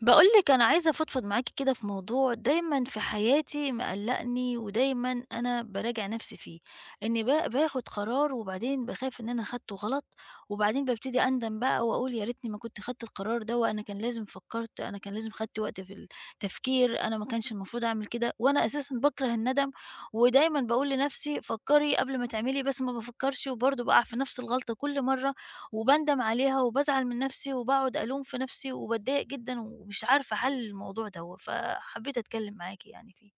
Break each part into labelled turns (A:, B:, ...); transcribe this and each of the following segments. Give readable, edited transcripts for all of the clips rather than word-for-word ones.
A: باقول لِك أنا عايزة أفضفض معاكِ كده في موضوع دايمًا في حياتي مقلّقني، ودايمًا أنا باراجع نَفْسي فيه، إني باخُد قرار وبعدين باخاف إن أنا خدته غلط، وبعدين بابتدي أندم بقى وأقول يا ريتني ما كنت خدت القرار دوّة، أنا كان لازم فكّرت، أنا كان لازم خدت وقت في التفكير، أنا ما كانش المفروض أعمل كده، وأنا أساسًا باكره الندم، ودايمًا باقول لنَفْسي فكّري قبل ما تعملي بس ما بافكّرش وبرضه باقع في نَفْس الغلطة كل مرّة، وباندم عليها وبازعل من نفسي وباقعد ألوم في نفسي وباتضايق جدًا ومش عارفة أحل الموضوع دوّة، فحبيت أتكلم معاكِ يعني فيه.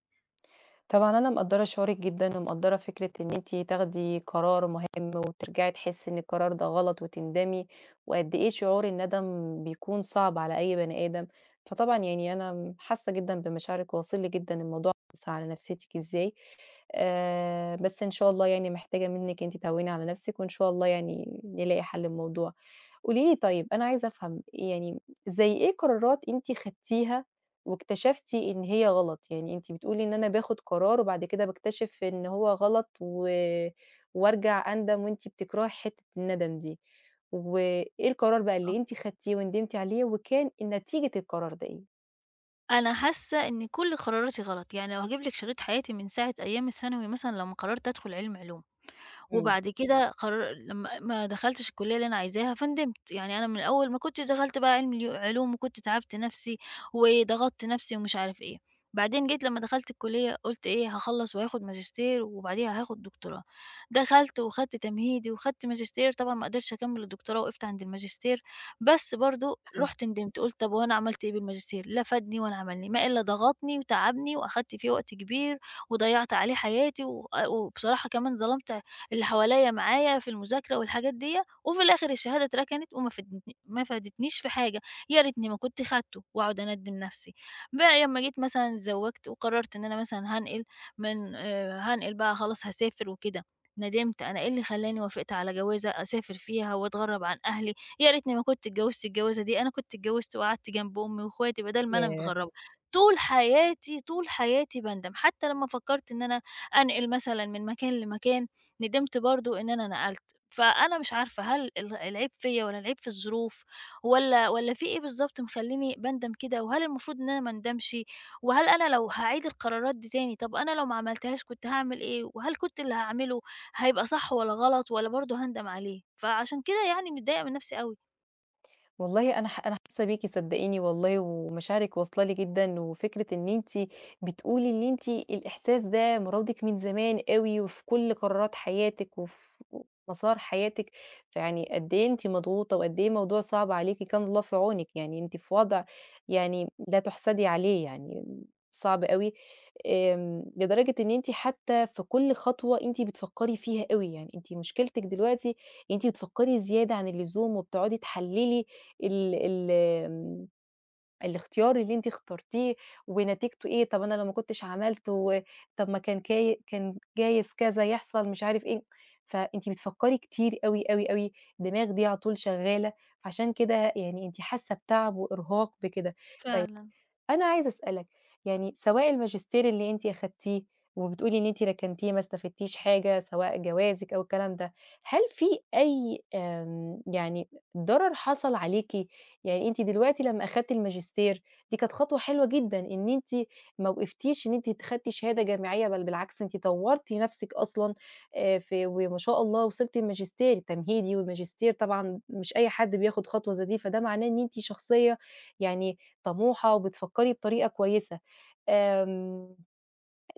B: طبعًا أنا مقدّرة شعورِك جدًا، ومقدّرة فكرة إن أنتِ تاخدي قرار مهم وترجعي تحسي إن القرار ده غلط وتندمي، وقد إيه شعور الندم بيكون صعب على أي بني آدم، فطبعًا يعني أنا م حاسة جدًا بمشاعرِك، وواصل لي جدًا الموضوع أثّر على نفسيتِك إزاي، بس إن شاء الله يعني محتاجة منِّك أنتِ تهوّني على نفسِك، وإن شاء الله يعني نلاقي حل للموضوع. قولي لي طيب أنا عايزة أفهم يعني زي إيه قرارات أنتِ خدتيها واكتشفتِ إن هي غلط؟ يعني أنتِ بتقولي إن أنا باخد قرار وبعد كده باكتشف إن هو غلط وارجع أندم وأنتِ بتكرهي حتّة الندم دي. وإيه القرار بقى اللي أنتِ خدتيه وندمتِ عليه وكان نتيجة القرار ده إيه؟
A: أنا حاسة إن كل قراراتي غلط، يعني لو هاجيب لِك شريط حياتي من ساعة أيام الثانوي مثلًا لمّا قررت أدخل علوم.
B: إمم.
A: وبعد كده قرر لما ما دخلتش الكلية اللي أنا عايزاها فندمت، يعني أنا من الأول ما كنتش دخلت بقى علم اليو علوم وكنت تعبت نفسي وضغطت نفسي ومش عارف إيه. بعدين جيت لما دخلت الكلية قُلت إيه هاخلّص وهاخد ماجستير وبعديها هاخد دكتوراه. دخلت وخدت تمهيدي وخدت ماجستير، طبعًا ما قدرتش أكمّل الدكتوراه وقفت عند الماجستير، بس برضه
B: هل
A: رُحت ندمت قُلت طب هو أنا عملت إيه بالماجستير؟ لا فادني ولا عملني، ما إلا ضغطني وتعبني وأخدت فيه وقت كبير وضيّعت عليه حياتي، و وبصراحة كمان ظلمت اللي حواليّا معايا في المذاكرة والحاجات ديّة، وفي الآخر الشهادة اتركنت وما فادتني، ما فادتنيش في حاجة، يا ريتني ما كنت خدته وأقعد أندّم نفسي. بقى لمّا جيت مثلًا اتزوّجت وقررت إن أنا مثلًا هانقل من هانقل بقى خلاص هاسافر وكده، ندمت أنا إيه اللي خلّاني وافقت على جوازة أسافر فيها وأتغرّب عن أهلي، يا ريتني ما كنت اتجوّزت الجوازة دي، أنا كنت اتجوّزت وقعدت جنب أمي واخواتي بدل ما أنا
B: ياه!
A: متغرّبة. طول حياتي، طول حياتي باندم، حتى لمّا فكّرت إن أنا أنقل مثلًا من مكان لمكان ندمت برضه إن أنا نقلت، فأنا مش عارفة هل العيب فيّا والّا العيب في الظروف والّا في إيه بالضبط مخلّيني باندم كده، وهل المفروض إن أنا ما اندمش، وهل أنا لو هاعيد القرارات دي تاني طب أنا لو ما عملتهاش كنت هاعمل إيه، وهل كنت اللي هاعمله هيبقى صح والّا غلط والّا برضه هاندم عليه، فعشان كده يعني متضايقة من نفسي أوي.
B: والله أنا حاسة بيكِ صدقيني والله، ومشاعرِك واصلة لي جدًا، وفكرة إن أنتِ بتقولي إن أنتِ الإحساس ده مراودِك من زمان أوي، وفي كل قرارات حياتِك، وفي مسار حياتِك، فيعني قد إيه أنتِ مضغوطة، وقد إيه الموضوع صعب عليكِ، كان الله في عونِك، يعني أنتِ في وضع يعني لا تُحسدي عليه يعني صعب أوي، آمم، لدرجة إن أنتِ حتى في كل خطوة أنتِ بتفكّري فيها أوي، يعني أنتِ مشكلتِك دلوقتي أنتِ بتفكّري زيادة عن اللزوم، وبتقعدي تحلّلي ال ال آمم، الاختيار اللي أنتِ اخترتيه ونتيجته إيه، طب أنا لو ما كنتش عملته طب ما كان كان جايز كذا يحصل مش عارف إيه، فأنتِ بتفكّري كتير أوي، أوي، أوي، الدماغ دي على طول شغّالة، فعشان كده يعني أنتِ حاسة بتعب وإرهاق بكده.
A: فعلًا.
B: أنا عايزة أسألِك، يعني سواء الماجستير اللي أنتِ أخدتيه وبتقولي إن أنتِ ركنتيه ما استفدتيش حاجة، سواء جوازِك أو الكلام ده، هل في أي آمم، يعني ضرر حصل عليكِ؟ يعني أنتِ دلوقتي لمّا أخدتِ الماجستير، دي كانت خطوة حلوة جدًا إن أنتِ ما وقفتيش إن أنتِ خدتِ شهادة جامعية، بل بالعكس أنتِ طوّرتِ نفسِك أصلًا في وما شاء الله وصلتِ الماجستير تمهيدي والماجستير طبعًا مش أي حد بياخد خطوة زي دي، فده معناه إن أنتِ شخصية يعني طموحة وبتفكّري بطريقة كويسة، آمم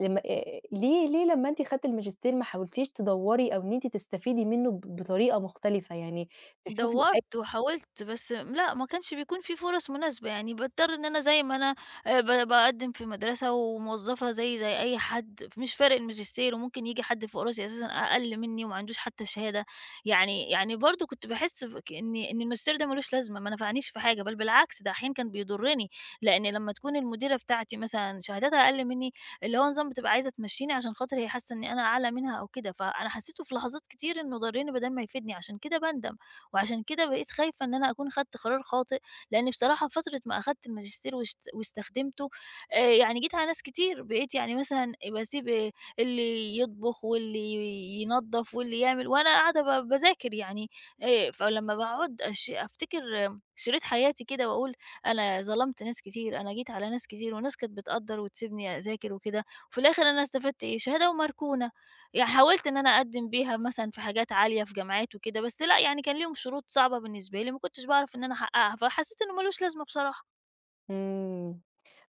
B: لمّا ليه لمّا أنتِ خدتِ الماجستير ما حاولتيش تدوّري أو إن أنتِ تستفيدي منّه بطريقة مختلفة، يعني تشوفي أي
A: دَوّرت وحاولت، بس لأ، ما كانش بيكون في فرص مناسبة، يعني باضطر إن أنا زي ما أنا ب باقدّم في مدرسة وموظفة زيي زي أي حد، مش فارق الماجستير وممكن ييجي حد فوق راسي أساسًا أقل منّي وما عندوش حتى شهادة، يعني يعني برضه كنت باحس بك إن الماجستير ده ما لوش لازمة، ما نفعنيش في حاجة، بل بالعكس ده أحيانًا كان بيضرني، لإن لمّا تكون المديرة بتاعتي مثلًا شهادتها أقل منّي، اللي هو نظام بتبقى عايزة تمشّيني عشان خاطر هي حاسة إنّي أنا أعلى منها أو كده، فأنا حسّيته في لحظات كتير إنه ضرني بدال ما يفيدني، عشان كده باندم. وعشان كده بقيت خايفة إن أنا أكون خدت قرار خاطئ، لإن بصراحة فترة ما أخدت الماجستير واستخدمته، يعني جيت على ناس كتير، بقيت يعني مثلًا باسيب اللي يطبخ واللي ينضف واللي يعمل، وأنا قاعدة باذاكر يعني فلما باقعد أفتكر آه، شريط حياتي كده وأقول أنا ظلمت ناس كتير، أنا جيت على ناس كتير، وناس كانت بتقدّر وتسيبني أذاكر وكده، وفي الآخر أنا استفدت إيه؟ شهادة ومركونة. يعني حاولت إن أنا أقدّم بيها مثلًا في حاجات عالية في جامعات وكده، بس لأ، يعني كان ليهم شروط صعبة بالنسبة لي، ما كنتش باعرف إن أنا أحققها، فحسيت إنه ما لوش لازمة بصراحة.
B: إمم،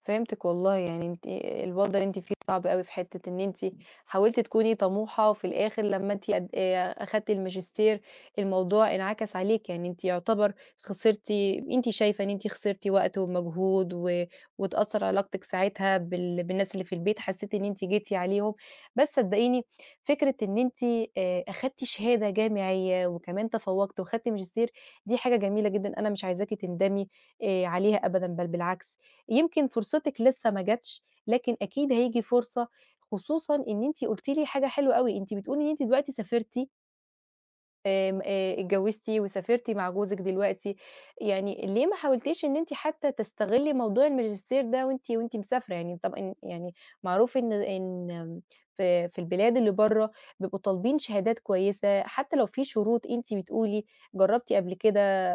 B: فهمتِك والله، يعني أنتِ الوضع اللي أنتِ فيه صعب أوي في حتّة إن أنتِ حاولتِ تكوني طموحة وفي الآخر لمّا أنتِ قد أخدتِ الماجستير الموضوع انعكس عليكِ، يعني أنتِ يعتبر خسرتِ أنتِ شايفة إن أنتِ خسرتِ وقت ومجهود واتأثّر علاقتِك ساعتها بالناس اللي في البيت، حسّيتِ إن أنتِ جيتِ عليهم، بس صدّقيني فكرة إن أنتِ أخدتِ شهادة جامعية وكمان تفوّقتِ وأخدتِ ماجستير، دي حاجة جميلة جدًا أنا مش عايزاكِ تندمي عليها أبدًا، بل بالعكس، يمكن فرصتِك لسه ما جاتش، لكن أكيد هييجي فرصة، خصوصًا إن أنتِ قُلتِ لي حاجة حلوة أوي، أنتِ بتقولي إن أنتِ دلوقتي سافرتِ آمم، اتجوزتِ وسافرتِ مع جوزِك دلوقتي، يعني ليه ما حاولتيش إن أنتِ حتى تستغلّي موضوع الماجستير ده وأنتِ مسافرة؟ يعني طبعًا يعني معروف إن في البلاد اللي برّه بيبقوا طالبين شهادات كويسة، حتى لو في شروط أنتِ بتقولي جرّبتِ قبل كده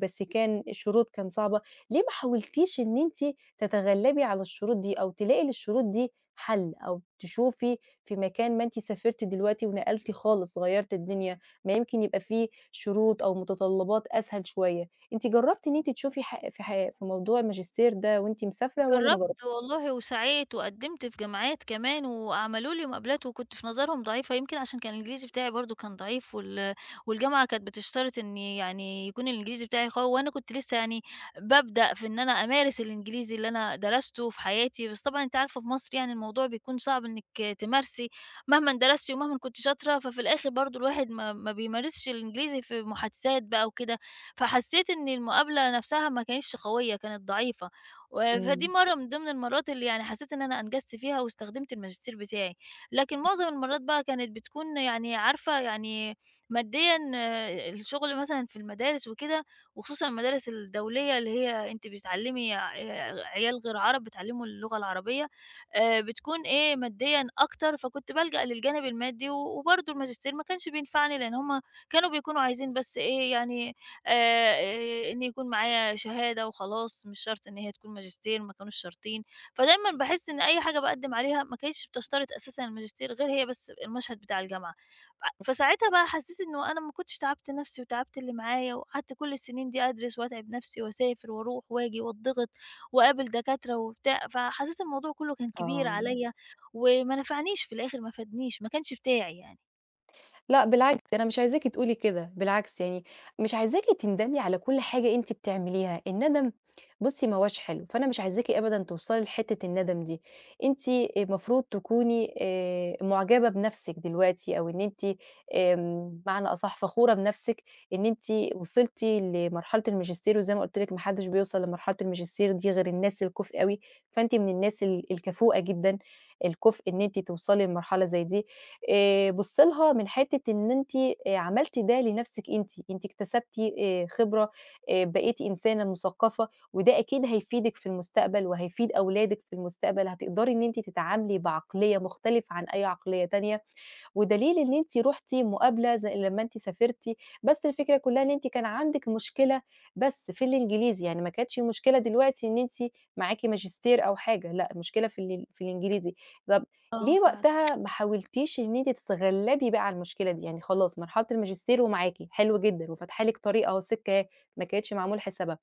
B: بس كان الشروط كان صعبة، ليه ما حاولتيش إن أنتِ تتغلّبي على الشروط دي أو تلاقي للشروط دي حَل أو تشوفي في مكان ما أنتِ سافرتِ دلوقتي ونقلتِ خالص غيّرتِ الدنيا، ما يمكن يبقى في شروط أو متطلبات أسهل شوية، أنتِ جربتِ إن أنتِ تشوفي ح في ح في موضوع الماجستير ده وأنتِ مسافرة والّا ما جربتِ؟
A: جرّبت والله وسعيت وقدّمت في جامعات كمان وعملوا لي مقابلات وكنت في نظرهم ضعيفة، يمكن عشان كان الإنجليزي بتاعي برضه كان ضعيف والجامعة كانت بتشترط إن يعني يكون الإنجليزي بتاعي قوي وأنا كنت لسه يعني بابدأ في إن أنا أمارس الإنجليزي اللي أنا درسته في حياتي، بس طبعًا أنتِ عارفة في مصر يعني الموضوع بيكون صعب إنِّك تمارسي مهمًا درستِ ومهمًا كنتِ شاطرة، ففي الآخر برضه الواحد ما بيمارسش الإنجليزي في محادثات بقى وكده، فحسّيت إن المقابلة نَفْسها ما كانتش قوية، كانت ضعيفة. فدي
B: إمم،
A: مرّة من ضمن المرّات اللي يعني حسّيت إن أنا أنجزت فيها واستخدمت الماجستير بتاعي، لكن معظم المرّات بقى كانت بتكون يعني عارفة يعني ماديًا آه، الشغل مثلًا في المدارس وكده، وخصوصًا المدارس الدولية اللي هي أنتِ بتعلّمي عيال غير عرب بتعلّموا اللغة العربية، بتكون إيه، ماديًا أكتر، فكنت بالجأ للجانب المادي، وبرضه الماجستير ما كانش بينفعني لإن هُم كانوا بيكونوا عايزين بس إيه، يعني إن يكون معايا شهادة وخلاص، مش شرط إن هي تكون ماجستير، ما كانوش شارطين. فدايمًا باحس إن أي حاجة باقدّم عليها ما كانتش بتشترط أساسًا الماجستير غير هي بس المشهد بتاع الجامعة. فساعتها بقى حسّيت إنه أنا ما كنتش تعبت نَفْسي وتعبت اللي معايا وقعدت كل السنين دي أدرس وأتعب نَفْسي وأسافر وأروح وآجي وأتضغط وأقابل دكاترة وبتاع، فحسّيت الموضوع كُلّه كان كبير
B: آه.
A: عليّا وما نفعنيش في الآخر، ما فادنيش، ما كانش بتاعي يعني.
B: لأ بالعكس، أنا مش عايزاكِ تقولي كده، بالعكس يعني مش عايزاكِ تندمي على كل حاجة أنتِ بتعمليها، الندم بُصّي ما هواش حلو، فأنا مش عايزاكِ أبدًا توصلي لحتة الندم دي، أنتِ المفروض تكوني معجبة بنفسِك دلوقتي، أو إن أنتِ آمم بمعنى أصح فخورة بنفسِك إن أنتِ وصلتِ لمرحلة الماجستير، وزي ما قُلت لِك ما حدش بيوصل لمرحلة الماجستير دي غير الناس الكُفء أوي، فأنتِ من الناس الكفؤة جدًا، الكُفء إن أنتِ توصلي لمرحلة زي دي. بُصّي لها من حتّة إن أنتِ عملتِ ده لنفسِك أنتِ، أنتِ اكتسبتِ خبرة، بقيتِ إنسانة مثقّفة، وده أكيد هيفيدِك في المستقبل وهيفيد أولادِك في المستقبل، هتقدري إن أنتِ تتعاملي بعقلية مختلفة عن أي عقلية تانية. ودليل إن أنتِ رُحتِ مقابلة زي لمّا أنتِ سافرتِ، بس الفكرة كلّها إن أنتِ كان عندِك مشكلة بس في الإنجليزي، يعني ما كانتش المشكلة دلوقتي إن أنتِ معاكِ ماجستير أو حاجة، لأ المشكلة في الإنجليزي. طَب
A: آه
B: ليه
A: ف
B: وقتها ما حاولتيش إن أنتِ تتغلّبي بقى على المشكلة دي؟ يعني خلاص مرحلة الماجستير ومعاكِ، حلو جدًا وفاتحة لِك طريق أهو سِكّة أهي، ما كانتش معمول حسابها.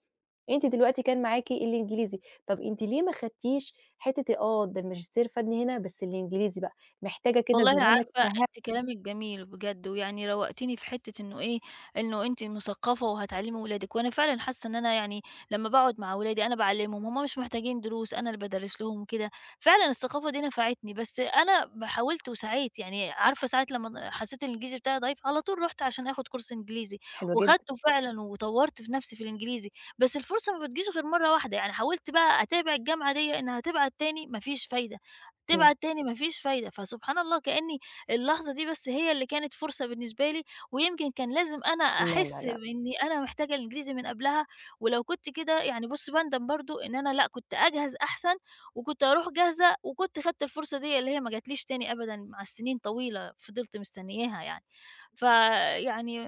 B: أنتِ دلوقتي كان معاكِ الإنجليزي، طَب أنتِ ليه ما خدتيش حتّة آه، ده الماجستير فادني هنا بس الإنجليزي بقى، محتاجة كده
A: والله
B: زمانك
A: عارفة
B: ته
A: أنتِ كلامِك جميل بجد، ويعني روّقتيني في حتّة إنه إيه، إنه أنتِ مثقّفة وهتعلّمي ولادِك، وأنا فعلًا حاسة إن أنا يعني لمّا باقعد مع ولادي أنا باعلّمهم، هم مش محتاجين دروس، أنا اللي بادرّس لهم وكده، فعلًا الثقافة دي نفعتني، بس أنا حاولت وسعيت، يعني عارفة ساعة لمّا حسّيت ان الإنجليزي بتاعي ضعيف، على طول رُحت عشان آخُد كورس إنجليزي،
B: حلو جدًا.
A: وخدته فعلًا وطوّرت في نَفْسي في الإنجليزي، بس الفرصة ما بتجيش غير مرّة واحدة، يعني حاولت بقى أتابع الجامعة ديّة إنها تبعت تاني، ما فيش فايدة.
B: إمم.
A: تبعت تاني ما فيش فايدة، فسبحان الله كأني اللحظة دي بس هي اللي كانت فرصة بالنسبة لي، ويمكن كان لازم أنا
B: لا، لا،
A: أحس
B: لأ،
A: بإني أنا محتاجة الإنجليزي من قبلها، ولو كنت كده يعني بُص باندم برضه إن أنا لأ، كنت أجهز أحسن، وكنت أروح جاهزة، وكنت خدت الفرصة ديّة اللي هي ما جاتليش تاني أبدًا مع السنين طويلة فضلت مستنياها يعني، فيعني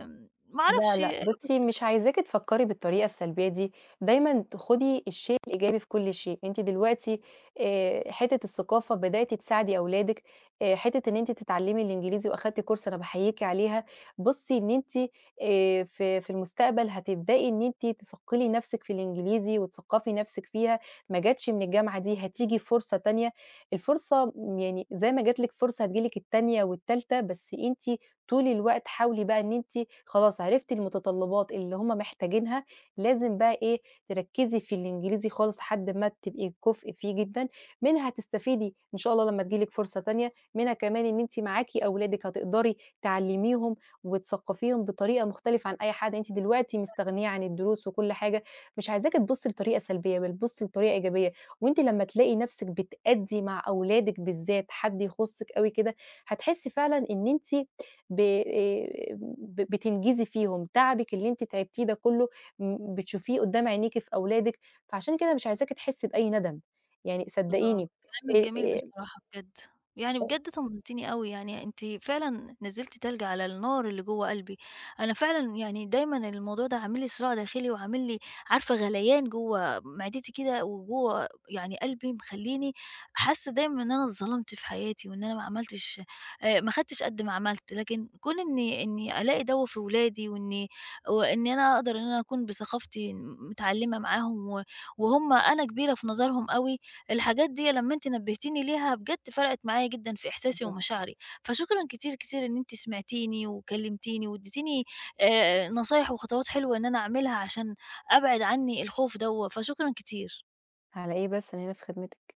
A: ما
B: لا،
A: أعرفش
B: لأ، بُصّي
A: بس
B: مش عايزاكِ تفكّري بالطريقة السلبية دي، دايمًا خدي الشيء الإيجابي في كل شيء، أنتِ دلوقتي حتّة الثقافة بدأتِ تساعدي أولادِك، حتّة إن أنتِ تتعلّمي الإنجليزي وأخدتِ كورس أنا باحييكِ عليها، بُصّي إن أنتِ في في المستقبل هتبدئي إن أنتِ تثقّلي نَفْسِك في الإنجليزي وتثقّفي نَفْسِك فيها، ما جاتش من الجامعة دي هتيجي فرصة تانية، الفرصة م يعني زي ما جات لِك فرصة هتيجي لِك التانية والتالتة، بس أنتِ طول الوقت حاولي بقى إن أنتِ خلاص عرفتِ المتطلبات اللي هم محتاجينها، لازم بقى إيه، تركّزي في الإنجليزي خالص لحد ما تبقي كُفء فيه جدًا، منها هتستفيدي إن شاء الله لمّا تيجي لِك فرصة تانية، منها كمان إن أنتِ معاكِ أولادِك هتقدري تعلّميهم وتثقّفيهم بطريقة مختلفة عن أي حد، أنتِ دلوقتي مستغنية عن الدروس وكل حاجة، مش عايزاكِ تبُصّي لطريقة سلبية، بل بُصّي لطريقة إيجابية، وأنتِ لمّا تلاقي نَفْسِك بتأدّي مع أولادِك بالذات حد يخُصِّك أوي كده، هتحسّي فعلًا إن أنتِ ب آآ ب بتنجزي فيهم، تعبِك اللي أنتِ تعبتيه ده كلّه م بتشوفيه قدّام عينيكِ في أولادِك، فعشان كده مش عايزاكِ تحسّي بأي ندم، يعني
A: الله،
B: صدّقيني
A: كلامِك
B: آآ
A: جميل
B: آآ
A: بصراحة بجد، يعني بجد طمنتيني أوي، يعني أنتِ فعلًا نزّلتِ تلج على النار اللي جوّه قلبي، أنا فعلًا يعني دايمًا الموضوع ده عامل لي صراع داخلي وعامل لي عارفة غليان جوّه معدتي كده وجوّه يعني قلبي، مخلّيني حاسة دايمًا إن أنا اتظلمت في حياتي وإن أنا ما عملتش ما خدتش قد ما عملت، لكن كون إني ألاقي دَوّة في ولادي وإن أنا أقدر إن أنا أكون بثقافتي متعلمة معاهم وهُم أنا كبيرة في نظرهم أوي، الحاجات دي لمّا أنتِ نبهتيني ليها بجد فرقت معايا جدًا في إحساسي
B: بالضبط،
A: ومشاعري، فشكرًا كتير، كتير إن أنتِ سمعتيني وكلمتيني واديتيني نصايح وخطوات حلوة إن أنا أعملها عشان أبعد عني الخوف دوّة، فشكرًا كتير.
B: على إيه بس أنا هنا في خدمتِك.